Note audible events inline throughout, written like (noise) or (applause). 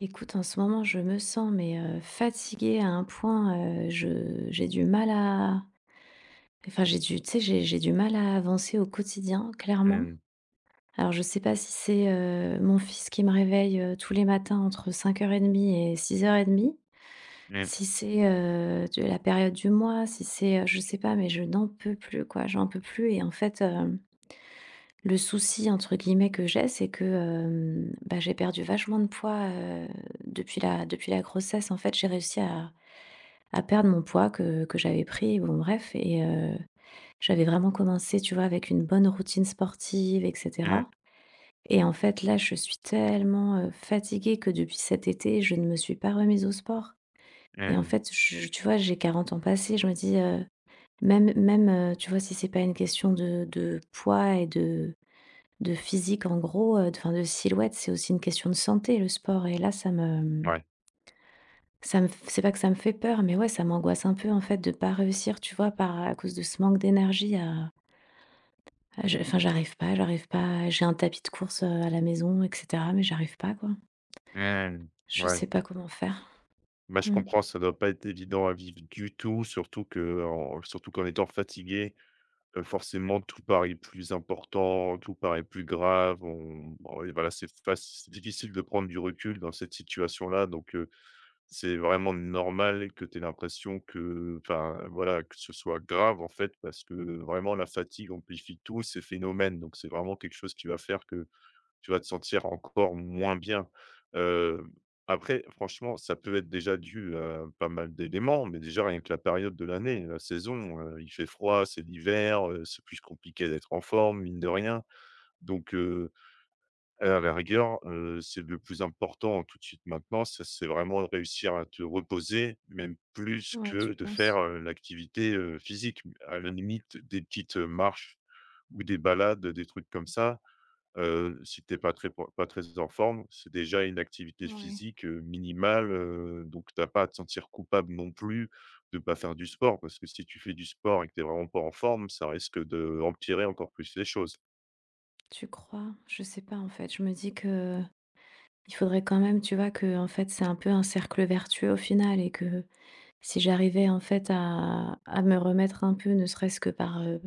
Écoute, en ce moment, je me sens mais fatiguée à un point, je j'ai du mal à enfin, j'ai du, tu sais, j'ai du mal à avancer au quotidien, clairement. Mmh. Alors je sais pas si c'est, mon fils qui me réveille, tous les matins entre 05:30 et 06:30. Mmh. Si c'est, de la période du mois, si c'est, je sais pas, mais je n'en peux plus, quoi, j'en peux plus. Et en fait, le «souci» entre guillemets que j'ai, c'est que, bah, j'ai perdu vachement de poids, depuis la grossesse. En fait, j'ai réussi à perdre mon poids que j'avais pris, bon bref. J'avais vraiment commencé, tu vois, avec une bonne routine sportive et Mmh. cetera, et en fait, là, je suis tellement, fatiguée que depuis cet été, je ne me suis pas remise au sport. Et en Mmh. fait, je tu vois, j'ai 40 ans passés, je me dis, même même, tu vois, si c'est pas une question de poids et de physique en gros, d enfin de silhouette, c'est aussi une question de santé, le sport. Et là ça me, Ouais. ça me f c'est pas que ça me fait peur, mais ouais, ça m'angoisse un peu en fait de pas réussir, tu vois, par à cause de ce manque d'énergie à je enfin, j'arrive pas, j'ai un tapis de course à la maison et cetera, mais j'arrive pas, quoi. Mmh. Je Ouais. sais pas comment faire. Bah, je Mmh. comprends, ça doit pas être évident à vivre du tout, surtout qu'en étant fatigué, forcément tout paraît plus important, tout paraît plus grave. On Oui, voilà, c'est difficile de prendre du recul dans cette situation-là, donc c'est vraiment normal que tu aies l'impression que, enfin, voilà, que ce soit grave, en fait, parce que vraiment la fatigue amplifie tous ces phénomènes, donc c'est vraiment quelque chose qui va faire que tu vas te sentir encore moins bien. Heu, Après, franchement, ça peut être déjà dû à pas mal d'éléments, mais déjà rien que la période de l'année, la saison, il fait froid, c'est l'hiver, c'est plus compliqué d'être en forme, mine de rien. Donc, à la rigueur, c'est le plus important tout de suite maintenant, ça, c'est vraiment de réussir à te reposer, même plus Ouais, tu que de faire, penses? L'activité, physique. À la limite, des petites, marches ou des balades, des trucs comme ça. Si t'es pas très en forme, c'est déjà une activité Ouais. physique, minimale, donc t'as pas à te sentir coupable non plus de pas faire du sport. Parce que si tu fais du sport et que t'es vraiment pas en forme, ça risque de empirer encore plus les choses. Tu crois? Je sais pas en fait. Je me dis que il faudrait quand même, tu vois, que en fait c'est un peu un cercle vertueux au final, et que si j'arrivais en fait à, me remettre un peu, ne serait-ce que par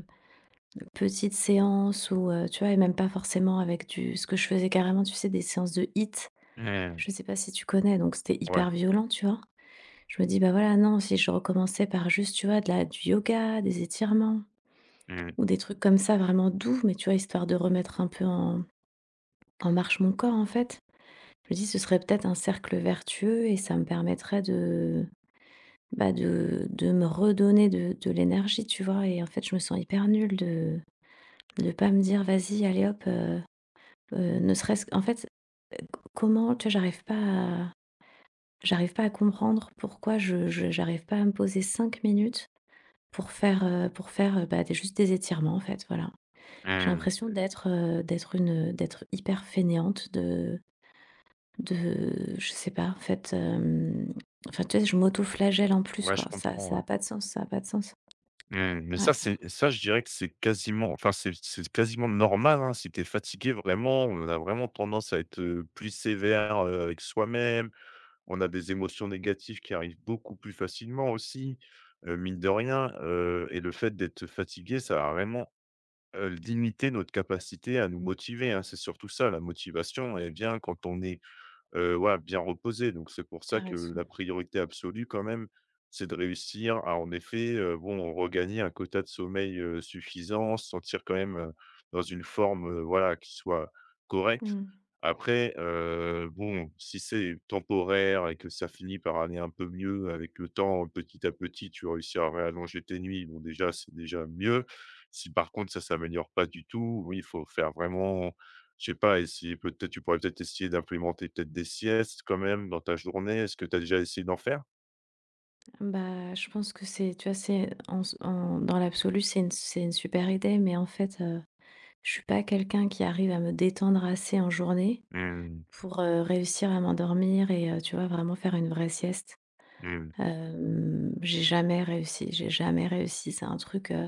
petites séances ou tu vois, et même pas forcément avec du ce que je faisais carrément, tu sais, des séances de hit. Mmh. Je sais pas si tu connais, donc c'était hyper Ouais. violent, tu vois. Je me dis, bah voilà, non, si je recommençais par juste, tu vois, du yoga, des étirements Mmh. ou des trucs comme ça vraiment doux, mais tu vois, histoire de remettre un peu en, marche mon corps en fait. Je me dis, ce serait peut-être un cercle vertueux et ça me permettrait de, bah, de me redonner de l'énergie, tu vois? Et en fait, je me sens hyper nulle de pas me dire: «Vas-y, allez hop», ne serait-ce qu'en fait, c comment, tu vois, j'arrive pas à comprendre pourquoi je j'arrive pas à me poser 5 minutes pour faire, bah, des juste des étirements, en fait, voilà. J'ai Mmh. l'impression d'être, d'être hyper fainéante de je sais pas, en fait, enfin, tu vois, je m'auto-flagelle en plus, Ouais, quoi. je Ça comprends, ça ouais. a pas de sens, ça a pas de sens. Mmh, mais ça, Ouais, c'est ça, je dirais que c'est quasiment, enfin, c'est quasiment normal, hein. Si tu es fatigué, vraiment, on a vraiment tendance à être, plus sévère, avec soi-même. On a des émotions négatives qui arrivent beaucoup plus facilement aussi, mine de rien, et le fait d'être fatigué, ça va vraiment, limiter notre capacité à nous motiver, hein. C'est surtout ça, la motivation, elle vient quand on est, voilà, bien reposé, donc c'est pour tu ça que raison. la priorité absolue quand même, c'est de réussir à, en effet, bon, regagner un quota de sommeil, suffisant, se sentir quand même, dans une forme, voilà, qui soit correcte. Mmh. Après, bon, si c'est temporaire et que ça finit par aller un peu mieux avec le temps, petit à petit, tu réussis à réallonger tes nuits, bon, déjà, c'est déjà mieux. Si par contre ça s'améliore pas du tout, oui, il faut faire vraiment, je sais pas, essayer peut-être, tu pourrais peut-être essayer d'implémenter peut-être des siestes quand même dans ta journée. Est-ce que tu as déjà essayé d'en faire? Bah, je pense que c'est, tu vois, c'est en dans l'absolu, c'est une super idée, mais en fait, je suis pas quelqu'un qui arrive à me détendre assez en journée Mmh, pour, réussir à m'endormir et tu vois, vraiment faire une vraie sieste. mmh, Hem, j'ai jamais réussi, j'ai jamais réussi. C'est un truc.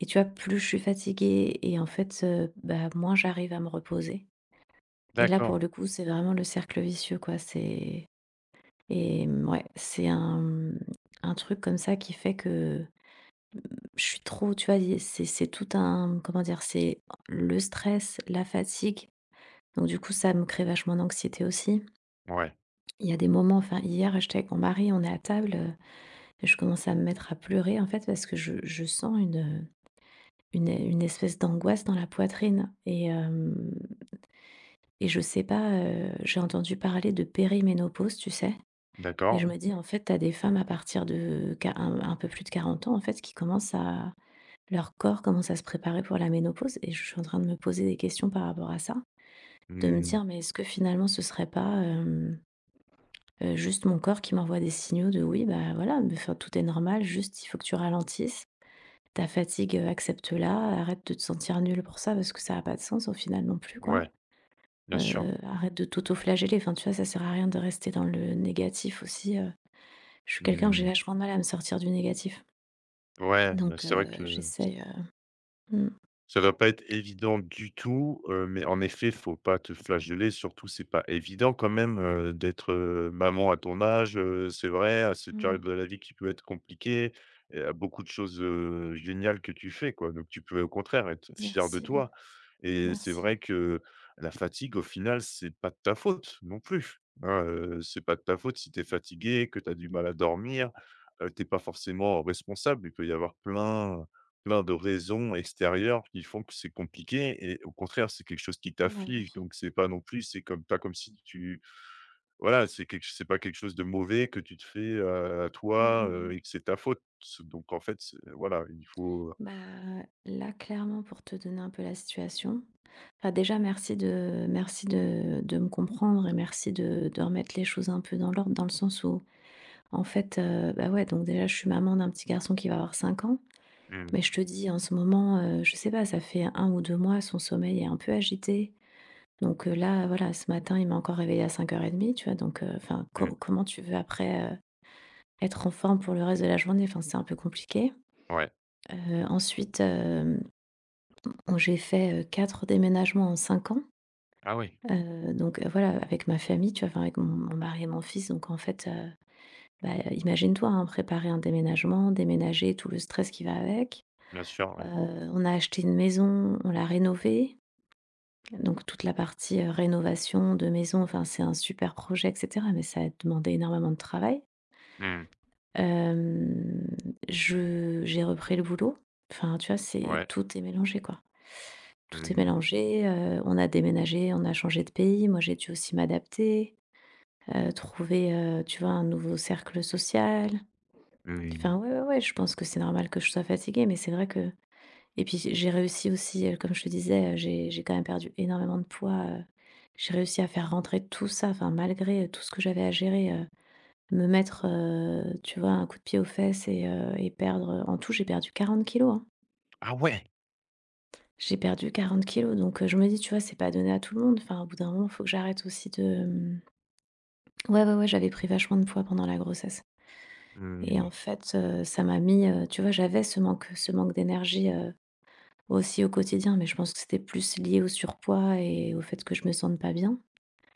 Et tu vois, plus je suis fatiguée, et en fait, bah, moins j'arrive à me reposer. Et là, pour d'accord, le coup, c'est vraiment le cercle vicieux, quoi. C'est ouais, c'est un truc comme ça qui fait que je suis trop, tu vois, i c'est tout un, comment dire? C'est le stress, la fatigue, donc du coup, ça me crée vachement d'anxiété aussi. ouais, Il y a des moments, enfin, hier, j'étais avec mon mari, on est à table, et je commence à me mettre à pleurer, en fait, parce que je sens une, une espèce d'angoisse dans la poitrine. Et je sais pas, j'ai entendu parler de périménopause, tu sais? Et d'accord, je ouais. me dis, en fait, tu as des femmes à partir de qua un peu plus de 40 ans, en fait, qui commencent à leur corps commence à se préparer pour la ménopause, et je suis en train de me poser des questions par rapport à ça. De me Mmh, dire: «Mais est-ce que finalement ce serait pas, juste mon corps qui m'envoie des signaux de: "Oui, bah, voilà, mais enfin, tout est normal, juste il faut que tu ralentisses. Ta fatigue, accepte-la, arrête de te sentir nulle pour ça parce que ça a pas de sens au final non plus, quoi"?» ouais, bien sûr. Arrête de t'autoflageller. Enfin, tu vois, ça sert à rien de rester dans le négatif aussi. Je suis quelqu'un, où j'ai Mmh, vachement de mal à me sortir du négatif. ouais, bah, Donc, c'est vrai que j'essayemmh, ça va pas être évident du tout, mais en effet, faut pas te flageller. Surtout, c'est pas évident quand même, d'être, maman à ton âge, c'est vrai, à cette période mmh. de la vie qui peut être compliquée et à beaucoup de choses, géniales que tu fais, quoi. Donc tu peux au contraire être fier de Merci, toi et c'est merci. vrai que la fatigue, au final, c'est pas de ta faute non plus, hein, c'est pas de ta faute si tu es fatigué, que tu as du mal à dormir, tu pas forcément responsable. Il peut y avoir plein, plein de raisons extérieures qui font que c'est compliqué et au contraire, c'est quelque chose qui Bah, oui. t'afflige, donc c'est pas non plus, c'est comme pas comme si tu, voilà, c'est quelque, c'est pas quelque chose de mauvais que tu te fais, à Mmh, toi, mmh, mmh. Et que c'est ta faute. C'est- Donc en fait, c'est, voilà, il faut. Bah, là, clairement, pour te donner un peu la situation, enfin, déjà, merci de me comprendre et merci de remettre les choses un peu dans l'ordre, dans le sens où, en fait, bah, ouais, donc déjà, je suis maman d'un petit garçon qui va avoir 5 ans. Mmh, Mais je te dis, en ce moment, je sais pas, ça fait 1 ou 2 mois, son sommeil est un peu agité. Donc, là, voilà, ce matin, il m'a encore réveillée à 5:30, tu vois? Donc, enfin, mmh, mmh, comment tu veux après, être en forme pour le reste de la journée? Enfin, c'est un peu compliqué. ouais. Ensuite, bon, j'ai fait, 4 déménagements en 5 ans. Ah oui, Donc, voilà, avec ma famille, tu vois? Enfin, avec mon mari et mon fils. Donc, en fait, bah, imagine-toi, hein, préparer un déménagement, déménager, tout le stress qui va avec. bien sûr, Heu, ouais. on a acheté une maison, on l'a rénovée. Donc toute la partie, rénovation de maison, enfin, c'est un super projet et cetera, mais ça a demandé énormément de travail. Mmh, Hem, je j'ai repris le boulot. Enfin, tu vois, c'est ouais. tout est mélangé, quoi. Tout est Mmh, mélangé, on a déménagé, on a changé de pays. Moi, j'ai dû aussi m'adapter, trouver, tu vois, un nouveau cercle social. mmh. Enfin, ouais, ouais, ouais, je pense que c'est normal que je sois fatiguée, mais c'est vrai que. Et puis j'ai réussi aussi, comme je te disais, j'ai quand même perdu énormément de poids, j'ai réussi à faire rentrer tout ça, enfin malgré tout ce que j'avais à gérer, me mettre, tu vois, un coup de pied aux fesses et perdre, en tout, j'ai perdu 40 kilos, hein. Ah ouais! J'ai perdu 40 kilos. Donc, je me dis, tu vois, c'est pas donné à tout le monde. Enfin, au bout d'un moment, faut que j'arrête aussi de, mmh, ouais, ouais, ouais, j'avais pris vachement de poids pendant la grossesse, et Mmh, en fait, ça m'a mis, tu vois, j'avais ce manque d'énergie, aussi au quotidien, mais je pense que c'était plus lié au surpoids et au fait que je me sente pas bien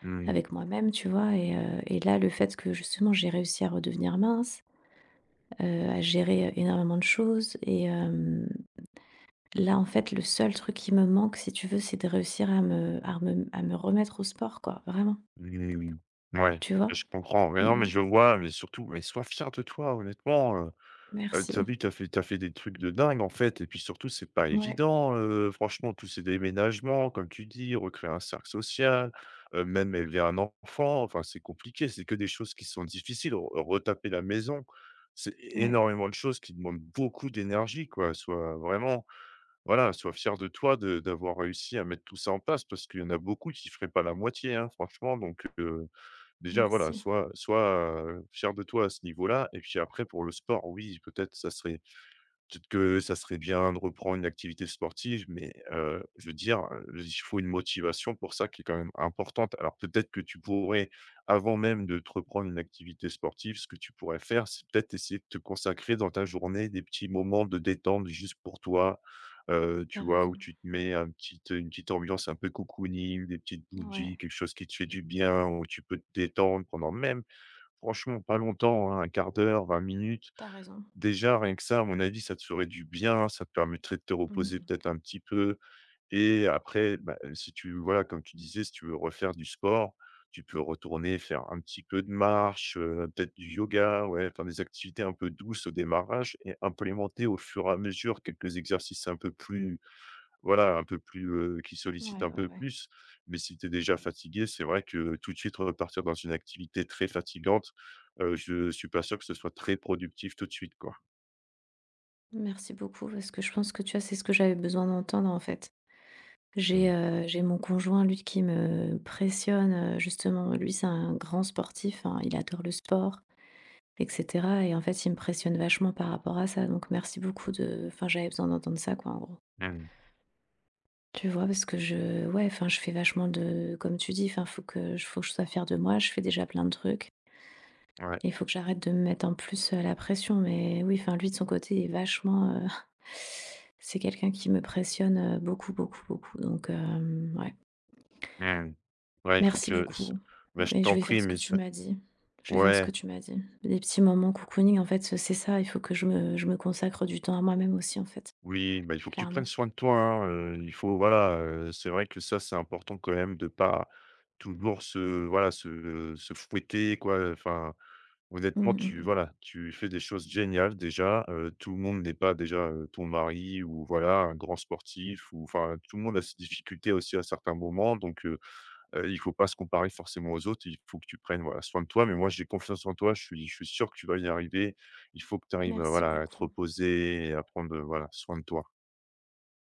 mmh, avec moi-même, tu vois? Et là, le fait que justement j'ai réussi à redevenir mince, à gérer, énormément de choses et là, en fait, le seul truc qui me manque, si tu veux, c'est de réussir à me remettre au sport, quoi, vraiment, mmh, mmh. Ouais, tu vois? je comprends. Mais non, mais Mmh. je vois, mais surtout, mais sois fier de toi, honnêtement. Merci. Tu as vu, tu fait t'as fait des trucs de dingue, en fait et puis surtout, c'est pas Ouais, évident, franchement, tous ces déménagements, comme tu dis, recréer un cercle social, même élever un enfant, enfin, c'est compliqué, c'est que des choses qui sont difficiles. Re Retaper la maison, c'est ouais, énormément de choses qui demandent beaucoup d'énergie, quoi. Sois vraiment, voilà, sois fier de toi de d'avoir réussi à mettre tout ça en place parce qu'il y en a beaucoup qui feraient pas la moitié, hein, franchement, donc déjà, voilà, merci. Fier de toi à ce niveau-là et puis après pour le sport, oui, peut-être ça serait Peut-être que ça serait bien de reprendre une activité sportive, mais je veux dire, il faut une motivation pour ça qui est quand même importante. Alors peut-être que tu pourrais, avant même de te reprendre une activité sportive, ce que tu pourrais faire, c'est peut-être essayer de te consacrer dans ta journée des petits moments de détente juste pour toi, T'as tu vois? Où raison. tu te mets un petit, une petite ambiance un peu cocooning, des petites Ouais, bougies, quelque chose qui te fait du bien, où tu peux te détendre pendant même franchement pas longtemps, hein, 1/4 d'heure, 20 minutes. t'as raison. Déjà, rien que ça, à mon avis, ça te ferait du bien, ça te permettrait de te reposer Mmh. peut-être un petit peu et après, bah, si tu, voilà, comme tu disais, si tu veux refaire du sport, tu peux retourner faire un petit peu de marche, peut-être du yoga, ouais, faire des activités un peu douces au démarrage et implémenter au fur et à mesure quelques exercices un peu plus, voilà, un peu plus, qui sollicitent Ouais, un ouais, peu ouais. plus. Mais si tu es déjà fatigué, c'est vrai que tout de suite repartir dans une activité très fatigante, je suis pas sûr que ce soit très productif tout de suite, quoi. Merci beaucoup parce que je pense que, tu vois, c'est ce que j'avais besoin d'entendre, en fait. J'ai, Mmh. heu, j'ai mon conjoint, lui, qui me pressionne, justement. Lui, c'est un grand sportif, hein, il adore le sport et cetera, et en fait, il me pressionne vachement par rapport à ça. Donc merci beaucoup de enfin, j'avais besoin d'entendre ça, quoi, en gros. Mmh. Tu vois? Parce que je ouais, enfin, je fais vachement de, comme tu dis, enfin, faut que je sois fière de moi, je fais déjà plein de trucs, Ouais, et il faut que j'arrête de me mettre en plus, la pression. Mais oui, enfin, lui, de son côté, il est vachement, (laughs) c'est quelqu'un qui me pressionne, beaucoup, beaucoup, beaucoup, donc ouais. mmh. Ouais, il faut Merci que ce, beaucoup. bah, je Mais je t'en vais faire prie, ce que mais tu ce, m'as dit. Je vais faire ce ouais, que tu m'as dit. Des petits moments cocooning, en fait, c'est ça, il faut que je me consacre du temps à moi-même aussi, en fait, oui, bah, il faut que tu clairement. prennes soin de toi, hein, il faut, voilà, c'est vrai que ça, c'est important quand même de pas toujours se, voilà, se fouetter, quoi, enfin, Mmh honnêtement, mh tu, mh. voilà, tu fais des choses géniales déjà, tout le monde n'est pas déjà, ton mari ou voilà, un grand sportif ou, enfin, tout le monde a ses difficultés aussi à certains moments, donc il faut pas se comparer forcément aux autres. Il faut que tu prennes, voilà, soin de toi. Mais moi, j'ai confiance en toi. Je suis sûr que tu vas y arriver. Il faut que tu arrives, Merci voilà, à te beaucoup. reposer et à prendre, voilà, soin de toi.